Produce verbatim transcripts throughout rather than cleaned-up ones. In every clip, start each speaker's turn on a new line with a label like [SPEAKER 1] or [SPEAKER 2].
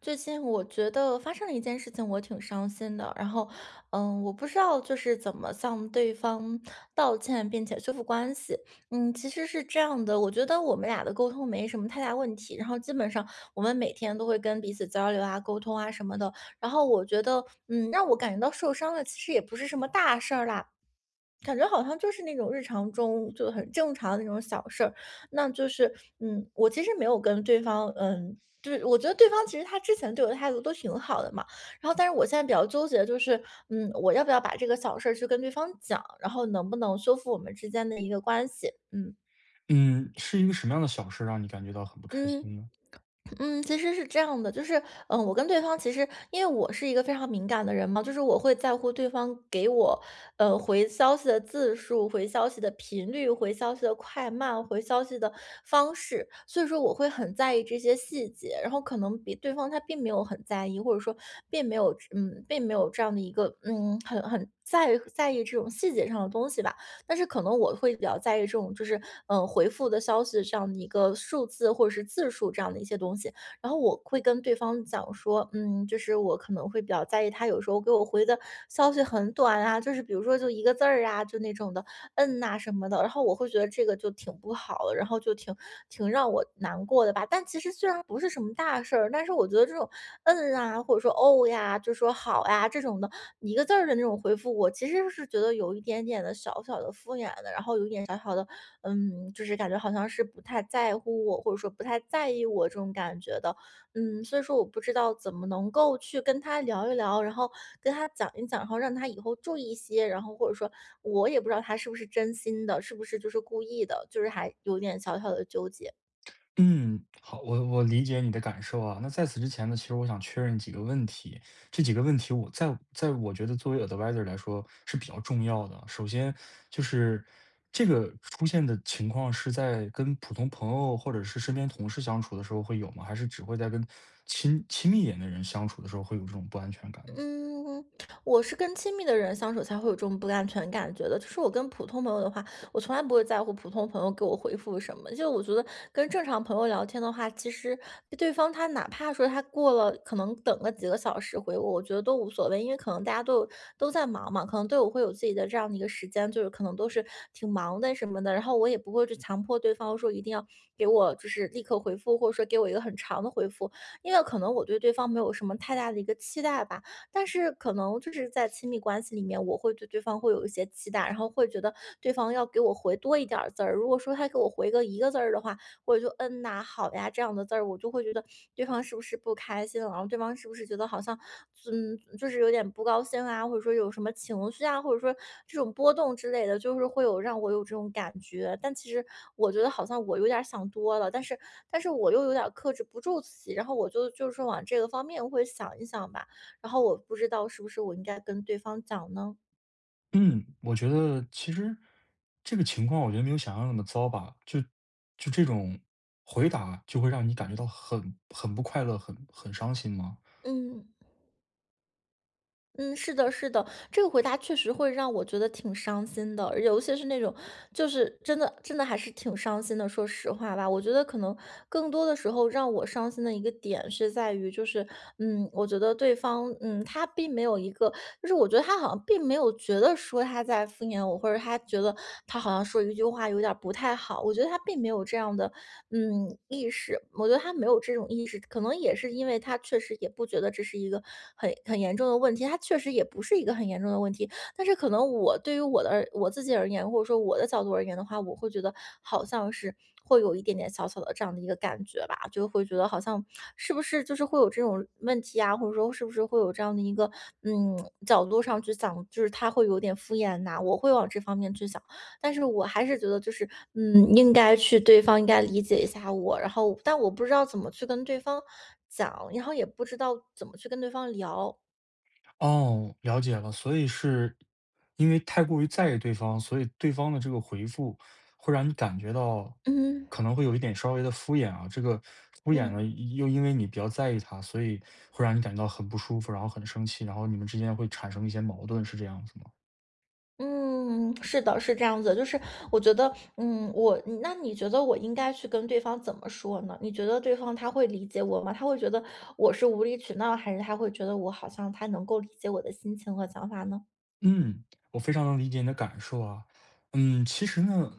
[SPEAKER 1] 最近我觉得发生了一件事情，我挺伤心的。然后，嗯，我不知道就是怎么向对方道歉，并且修复关系。嗯，其实是这样的，我觉得我们俩的沟通没什么太大问题。然后基本上我们每天都会跟彼此交流啊、沟通啊什么的。然后我觉得，嗯，让我感觉到受伤的其实也不是什么大事儿啦，感觉好像就是那种日常中就很正常的那种小事儿，那就是，嗯，我其实没有跟对方，嗯，就是我觉得对方其实他之前对我的态度都挺好的嘛，然后但是我现在比较纠结，就是，嗯，我要不要把这个小事儿去跟对方讲，然后能不能修复我们之间的一个关系，嗯
[SPEAKER 2] 嗯，是一个什么样的小事让你感觉到很不开
[SPEAKER 1] 嗯。
[SPEAKER 2] 心呢？
[SPEAKER 1] 嗯，其实是这样的，就是，嗯，我跟对方其实，因为我是一个非常敏感的人嘛，就是我会在乎对方给我，呃，回消息的字数、回消息的频率、回消息的快慢、回消息的方式，所以说我会很在意这些细节，然后可能比对方他并没有很在意，或者说并没有，嗯，并没有这样的一个，嗯，很很在在意这种细节上的东西吧。但是可能我会比较在意这种就是嗯呃回复的消息这样的一个数字或者是字数这样的一些东西。然后我会跟对方讲说，嗯，就是我可能会比较在意他有时候给我回的消息很短啊，就是比如说就一个字儿啊，就那种的嗯呐、什么的，然后我会觉得这个就挺不好的，然后就挺挺让我难过的吧。但其实虽然不是什么大事儿，但是我觉得这种"嗯"啊，或者说"哦"呀，就说"好呀"这种的，一个字儿的那种回复，我其实是觉得有一点点的小小的敷衍的，然后有一点小小的，嗯，就是感觉好像是不太在乎我，或者说不太在意我这种感觉的。嗯，所以说我不知道怎么能够去跟他聊一聊，然后跟他讲一讲，然后让他以后注意一些，然后或者说我也不知道他是不是真心的，是不是就是故意的，就是还有点小小的纠结。
[SPEAKER 2] 嗯，好，我我理解你的感受啊。那在此之前呢，其实我想确认几个问题，这几个问题我在在我觉得作为 advisor 来说是比较重要的。首先就是这个出现的情况是在跟普通朋友或者是身边同事相处的时候会有吗？还是只会在跟亲亲密一点的人相处的时候会有这种不安全感呢？
[SPEAKER 1] 嗯，我是跟亲密的人相处才会有这种不安全感觉的。就是我跟普通朋友的话，我从来不会在乎普通朋友给我回复什么。就我觉得跟正常朋友聊天的话，其实对方他哪怕说他过了，可能等个几个小时回我，我觉得都无所谓，因为可能大家都有都在忙嘛，可能对我会有自己的这样的一个时间，就是可能都是挺忙的什么的。然后我也不会去强迫对方说一定要给我就是立刻回复，或者说给我一个很长的回复，因为可能我对对方没有什么太大的一个期待吧。但是可能就是在亲密关系里面，我会对对方会有一些期待，然后会觉得对方要给我回多一点儿字儿。如果说他给我回个一个字儿的话，我就嗯呐、好呀这样的字儿，我就会觉得对方是不是不开心了，然后对方是不是觉得好像嗯就是有点不高兴啊，或者说有什么情绪啊，或者说这种波动之类的，就是会有让我有这种感觉。但其实我觉得好像我有点儿想多了，但是但是我又有点儿克制不住自己，然后我就就是往这个方面会想一想吧。然后我不知道是不是我应该跟对方讲呢？
[SPEAKER 2] 嗯，我觉得其实这个情况，我觉得没有想象那么糟吧。就就这种回答，就会让你感觉到很很不快乐，很很伤心吗？
[SPEAKER 1] 嗯嗯，是的，是的，这个回答确实会让我觉得挺伤心的，尤其是那种就是真的真的还是挺伤心的。说实话吧，我觉得可能更多的时候让我伤心的一个点是在于，就是嗯，我觉得对方嗯，他并没有一个，就是我觉得他好像并没有觉得说他在敷衍我，或者他觉得他好像说一句话有点儿不太好，我觉得他并没有这样的嗯，意识，我觉得他没有这种意识，可能也是因为他确实也不觉得这是一个很很严重的问题，他确实也不是一个很严重的问题。但是可能我对于我的而我自己而言，或者说我的角度而言的话，我会觉得好像是会有一点点小小的这样的一个感觉吧，就会觉得好像是不是就是会有这种问题啊，或者说是不是会有这样的一个嗯角度上去想，就是他会有点敷衍呐、我会往这方面去想。但是我还是觉得就是，嗯，应该去对方应该理解一下我，然后但我不知道怎么去跟对方讲，然后也不知道怎么去跟对方聊。
[SPEAKER 2] 哦，了解了。所以是因为太过于在意对方，所以对方的这个回复会让你感觉到
[SPEAKER 1] 嗯
[SPEAKER 2] 可能会有一点稍微的敷衍啊。这个敷衍呢，
[SPEAKER 1] 嗯
[SPEAKER 2] 又因为你比较在意他，所以会让你感觉到很不舒服，然后很生气，然后你们之间会产生一些矛盾，是这样子吗？
[SPEAKER 1] 嗯，是的，是这样子的就是我觉得，嗯，我那你觉得我应该去跟对方怎么说呢？你觉得对方他会理解我吗？他会觉得我是无理取闹，还是他会觉得我好像他能够理解我的心情和想法呢？
[SPEAKER 2] 嗯，我非常能理解你的感受啊。嗯，其实呢，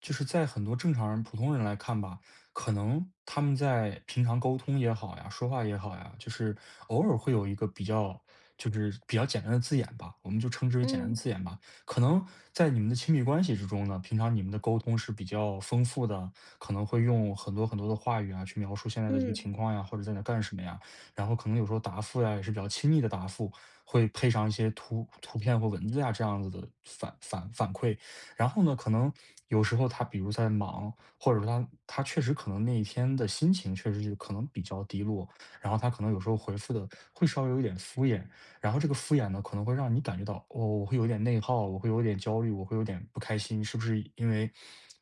[SPEAKER 2] 就是在很多正常人、普通人来看吧，可能他们在平常沟通也好呀，说话也好呀，就是偶尔会有一个比较，就是比较简单的字眼吧，我们就称之为简单的
[SPEAKER 1] 嗯
[SPEAKER 2] 字眼吧。可能在你们的亲密关系之中呢，平常你们的沟通是比较丰富的，可能会用很多很多的话语啊，去描述现在的一个
[SPEAKER 1] 嗯
[SPEAKER 2] 情况呀，或者在那干什么呀，然后可能有时候答复呀也是比较亲密的答复。会配上一些图图片或文字啊这样子的反反反馈。然后呢，可能有时候他比如在忙，或者说他他确实可能那一天的心情确实是可能比较低落，然后他可能有时候回复的会稍微有一点敷衍，然后这个敷衍呢，可能会让你感觉到，哦，我会有点内耗，我会有点焦虑，我会有点不开心，是不是因为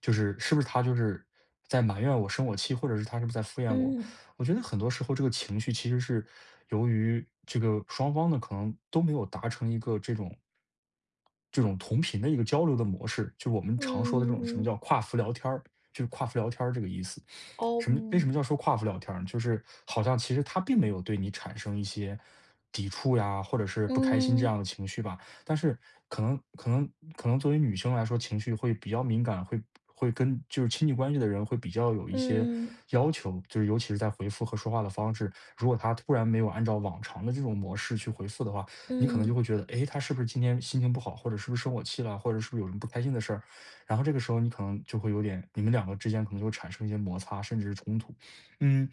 [SPEAKER 2] 就是是不是他就是在埋怨我生我气，或者是他是不是在敷衍我？
[SPEAKER 1] 嗯
[SPEAKER 2] 我觉得很多时候这个情绪其实是由于这个双方呢，可能都没有达成一个这种这种同频的一个交流的模式，就我们常说的这
[SPEAKER 1] 嗯
[SPEAKER 2] 种什么叫
[SPEAKER 1] 嗯
[SPEAKER 2] 跨服聊天儿，就是跨服聊天儿这个意思。
[SPEAKER 1] 哦
[SPEAKER 2] 什么为什
[SPEAKER 1] 嗯。
[SPEAKER 2] 么叫说跨服聊天儿呢就是好像其实他并没有对你产生一些抵触呀，或者是不开心这
[SPEAKER 1] 嗯
[SPEAKER 2] 样的情绪吧，但是可能可能可能作为女生来说，情绪会比较敏感，会会跟就是亲密关系的人会比较有一些
[SPEAKER 1] 嗯，
[SPEAKER 2] 要求，就是尤其是在回复和说话的方式，如果他突然没有按照往常的这种模式去回复的话，你可能就会
[SPEAKER 1] 嗯，
[SPEAKER 2] 觉得，诶，他是不是今天心情不好，或者是不是生我气了，或者是不是有什么不开心的事儿？然后这个时候你可能就会有点，你们两个之间可能就会产生一些摩擦，甚至是冲突。嗯，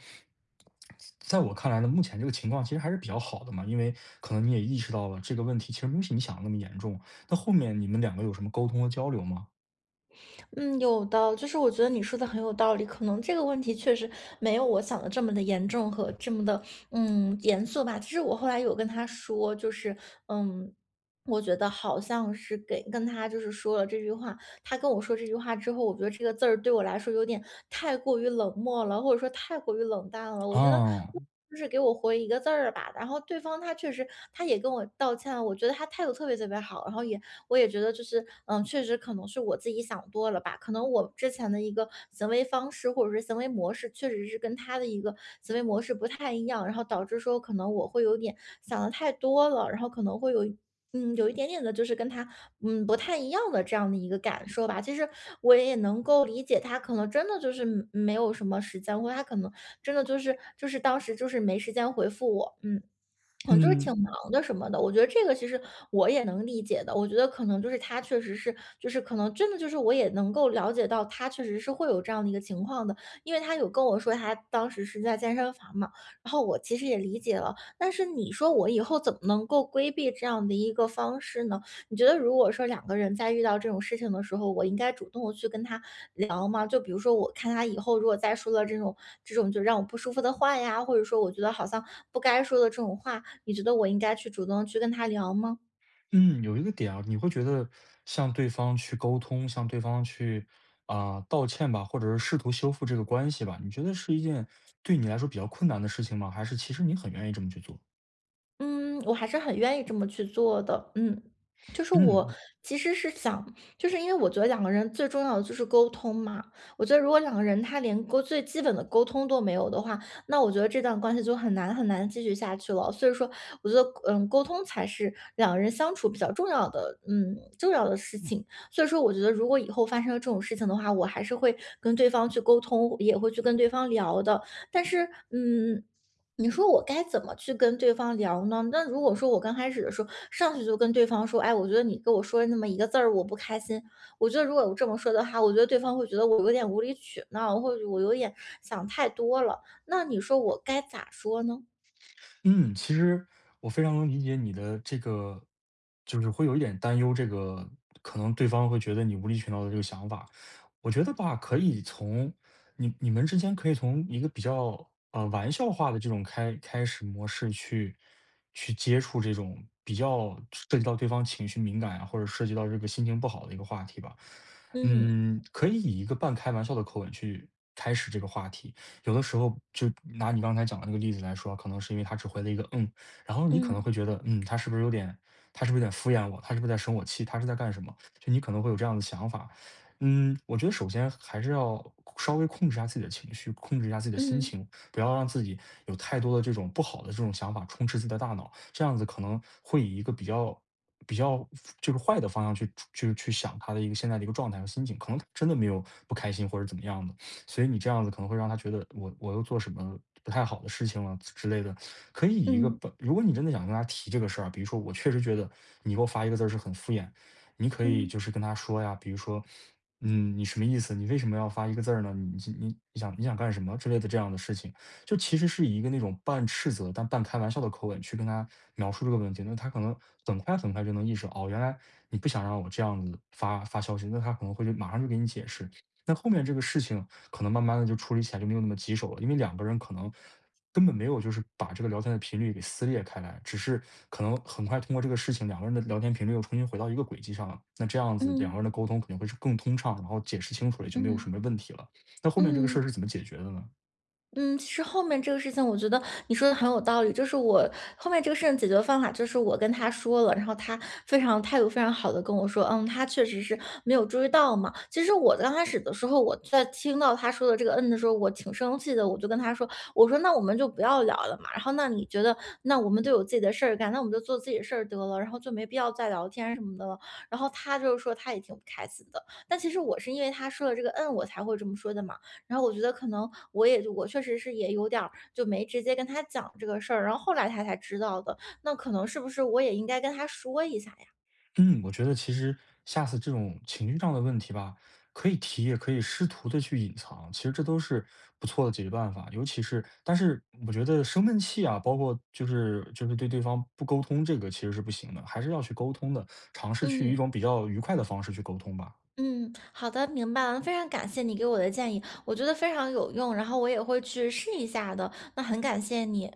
[SPEAKER 2] 在我看来呢，目前这个情况其实还是比较好的嘛，因为可能你也意识到了这个问题其实没有你想的那么严重。那后面你们两个有什么沟通和交流吗？
[SPEAKER 1] 嗯，有的，就是我觉得你说的很有道理，可能这个问题确实没有我想的这么的严重和这么的，嗯，严肃吧。其实我后来有跟他说，就是，嗯，我觉得好像是给跟他就是说了这句话，他跟我说这句话之后，我觉得这个字儿对我来说有点太过于冷漠了，或者说太过于冷淡了。我觉得
[SPEAKER 2] 啊，
[SPEAKER 1] 就是给我回一个字儿吧。然后对方他确实他也跟我道歉了，我觉得他态度特别特别好，然后也我也觉得就是，嗯，确实可能是我自己想多了吧，可能我之前的一个行为方式或者是行为模式，确实是跟他的一个行为模式不太一样，然后导致说可能我会有点想的太多了，然后可能会有一嗯，有一点点的，就是跟他嗯不太一样的这样的一个感受吧。其实我也能够理解他，可能真的就是没有什么时间，或者他可能真的就是就是当时就是没时间回复我。嗯，嗯，就是挺
[SPEAKER 2] 嗯
[SPEAKER 1] 忙的什么的，我觉得这个其实我也能理解的。我觉得可能就是他确实是，就是可能真的就是我也能够了解到，他确实是会有这样的一个情况的，因为他有跟我说他当时是在健身房嘛，然后我其实也理解了。但是你说我以后怎么能够规避这样的一个方式呢？你觉得如果说两个人在遇到这种事情的时候，我应该主动的去跟他聊吗？就比如说我看他以后如果再说了这种这种就让我不舒服的话呀，或者说我觉得好像不该说的这种话，你觉得我应该去主动去跟他聊吗？
[SPEAKER 2] 嗯，有一个点啊，你会觉得向对方去沟通，向对方去啊、道歉吧，或者是试图修复这个关系吧，你觉得是一件对你来说比较困难的事情吗？还是其实你很愿意这么去做？
[SPEAKER 1] 嗯，我还是很愿意这么去做的。嗯，就是我
[SPEAKER 2] 嗯。
[SPEAKER 1] 其实是想，就是因为我觉得两个人最重要的就是沟通嘛。我觉得如果两个人他连沟最基本的沟通都没有的话，那我觉得这段关系就很难很难继续下去了。所以说，我觉得嗯，沟通才是两个人相处比较重要的，嗯，重要的事情。所以说，我觉得如果以后发生了这种事情的话，我还是会跟对方去沟通，也会去跟对方聊的。但是，嗯。你说我该怎么去跟对方聊呢？那如果说我刚开始的时候，上去就跟对方说，哎，我觉得你跟我说那么一个字儿，我不开心。我觉得如果我这么说的话，我觉得对方会觉得我有点无理取闹，或者我有点想太多了。那你说我该咋说呢？
[SPEAKER 2] 嗯，其实我非常能理解你的这个，就是会有一点担忧，这个可能对方会觉得你无理取闹的这个想法。我觉得吧，可以从你你们之间可以从一个比较呃玩笑化的这种开开始模式去去接触这种比较涉及到对方情绪敏感啊，或者涉及到这个心情不好的一个话题吧。
[SPEAKER 1] 嗯
[SPEAKER 2] 嗯，可以以一个半开玩笑的口吻去开始这个话题。有的时候就拿你刚才讲的那个例子来说，可能是因为他只回了一个嗯，然后你可能
[SPEAKER 1] 嗯
[SPEAKER 2] 会觉得嗯，他是不是有点，他是不是有点敷衍我？他是不是在生我气？他是在干什么？就你可能会有这样的想法。嗯，我觉得首先还是要稍微控制一下自己的情绪，控制一下自己的心
[SPEAKER 1] 嗯
[SPEAKER 2] 情，不要让自己有太多的这种不好的这种想法充斥自己的大脑，这样子可能会以一个比较比较就是坏的方向去去去想他的一个现在的一个状态和心情，可能他真的没有不开心或者怎么样的，所以你这样子可能会让他觉得我我又做什么不太好的事情了之类的，可以以一个
[SPEAKER 1] 嗯
[SPEAKER 2] 本，如果你真的想跟他提这个事儿啊，比如说我确实觉得你给我发一个字儿是很敷衍你可以
[SPEAKER 1] 嗯
[SPEAKER 2] 就是跟他说呀，比如说，嗯，你什么意思？你为什么要发一个字儿呢？你你你想你想干什么之类的这样的事情，就其实是以一个那种半斥责但半开玩笑的口吻去跟他描述这个问题，那他可能很快很快就能意识到，哦，原来你不想让我这样子发发消息，那他可能会就马上就给你解释。那后面这个事情可能慢慢的就处理起来就没有那么棘手了，因为两个人可能根本没有就是把这个聊天的频率给撕裂开来，只是可能很快通过这个事情，两个人的聊天频率又重新回到一个轨迹上了。那这样子两
[SPEAKER 1] 嗯
[SPEAKER 2] 个人的沟通肯定会是更通畅，然后解释清楚了，也就
[SPEAKER 1] 嗯
[SPEAKER 2] 没有什
[SPEAKER 1] 嗯
[SPEAKER 2] 么问题了。那后面这个事
[SPEAKER 1] 嗯。
[SPEAKER 2] 儿是怎么解决的呢？
[SPEAKER 1] 嗯，其实后面这个事情，我觉得你说的很有道理。就是我后面这个事情解决方法，就是我跟他说了，然后他非常态度非常好的跟我说，嗯，他确实是没有注意到嘛。其实我刚开始的时候，我在听到他说的这个嗯的时候，我挺生气的，我就跟他说，我说那我们就不要聊了嘛。然后那你觉得，那我们都有自己的事儿干，那我们就做自己的事儿得了，然后就没必要再聊天什么的了。然后他就是说他也挺不开心的，但其实我是因为他说了这个嗯，我才会这么说的嘛。然后我觉得可能我也就我确实是也有点儿就没直接跟他讲这个事儿，然后后来他才知道的。那可能是不是我也应该跟他说一下呀？
[SPEAKER 2] 嗯，我觉得其实下次这种情绪上的问题吧，可以提，也可以试图的去隐藏，其实这都是不错的解决办法。尤其是，但是我觉得生闷气啊，包括就是就是对对方不沟通，这个其实是不行的，还是要去沟通的，尝试去一
[SPEAKER 1] 嗯
[SPEAKER 2] 种比较愉快的方式去沟通吧。
[SPEAKER 1] 嗯，好的，明白了。非常感谢你给我的建议，我觉得非常有用，然后我也会去试一下的。那很感谢你。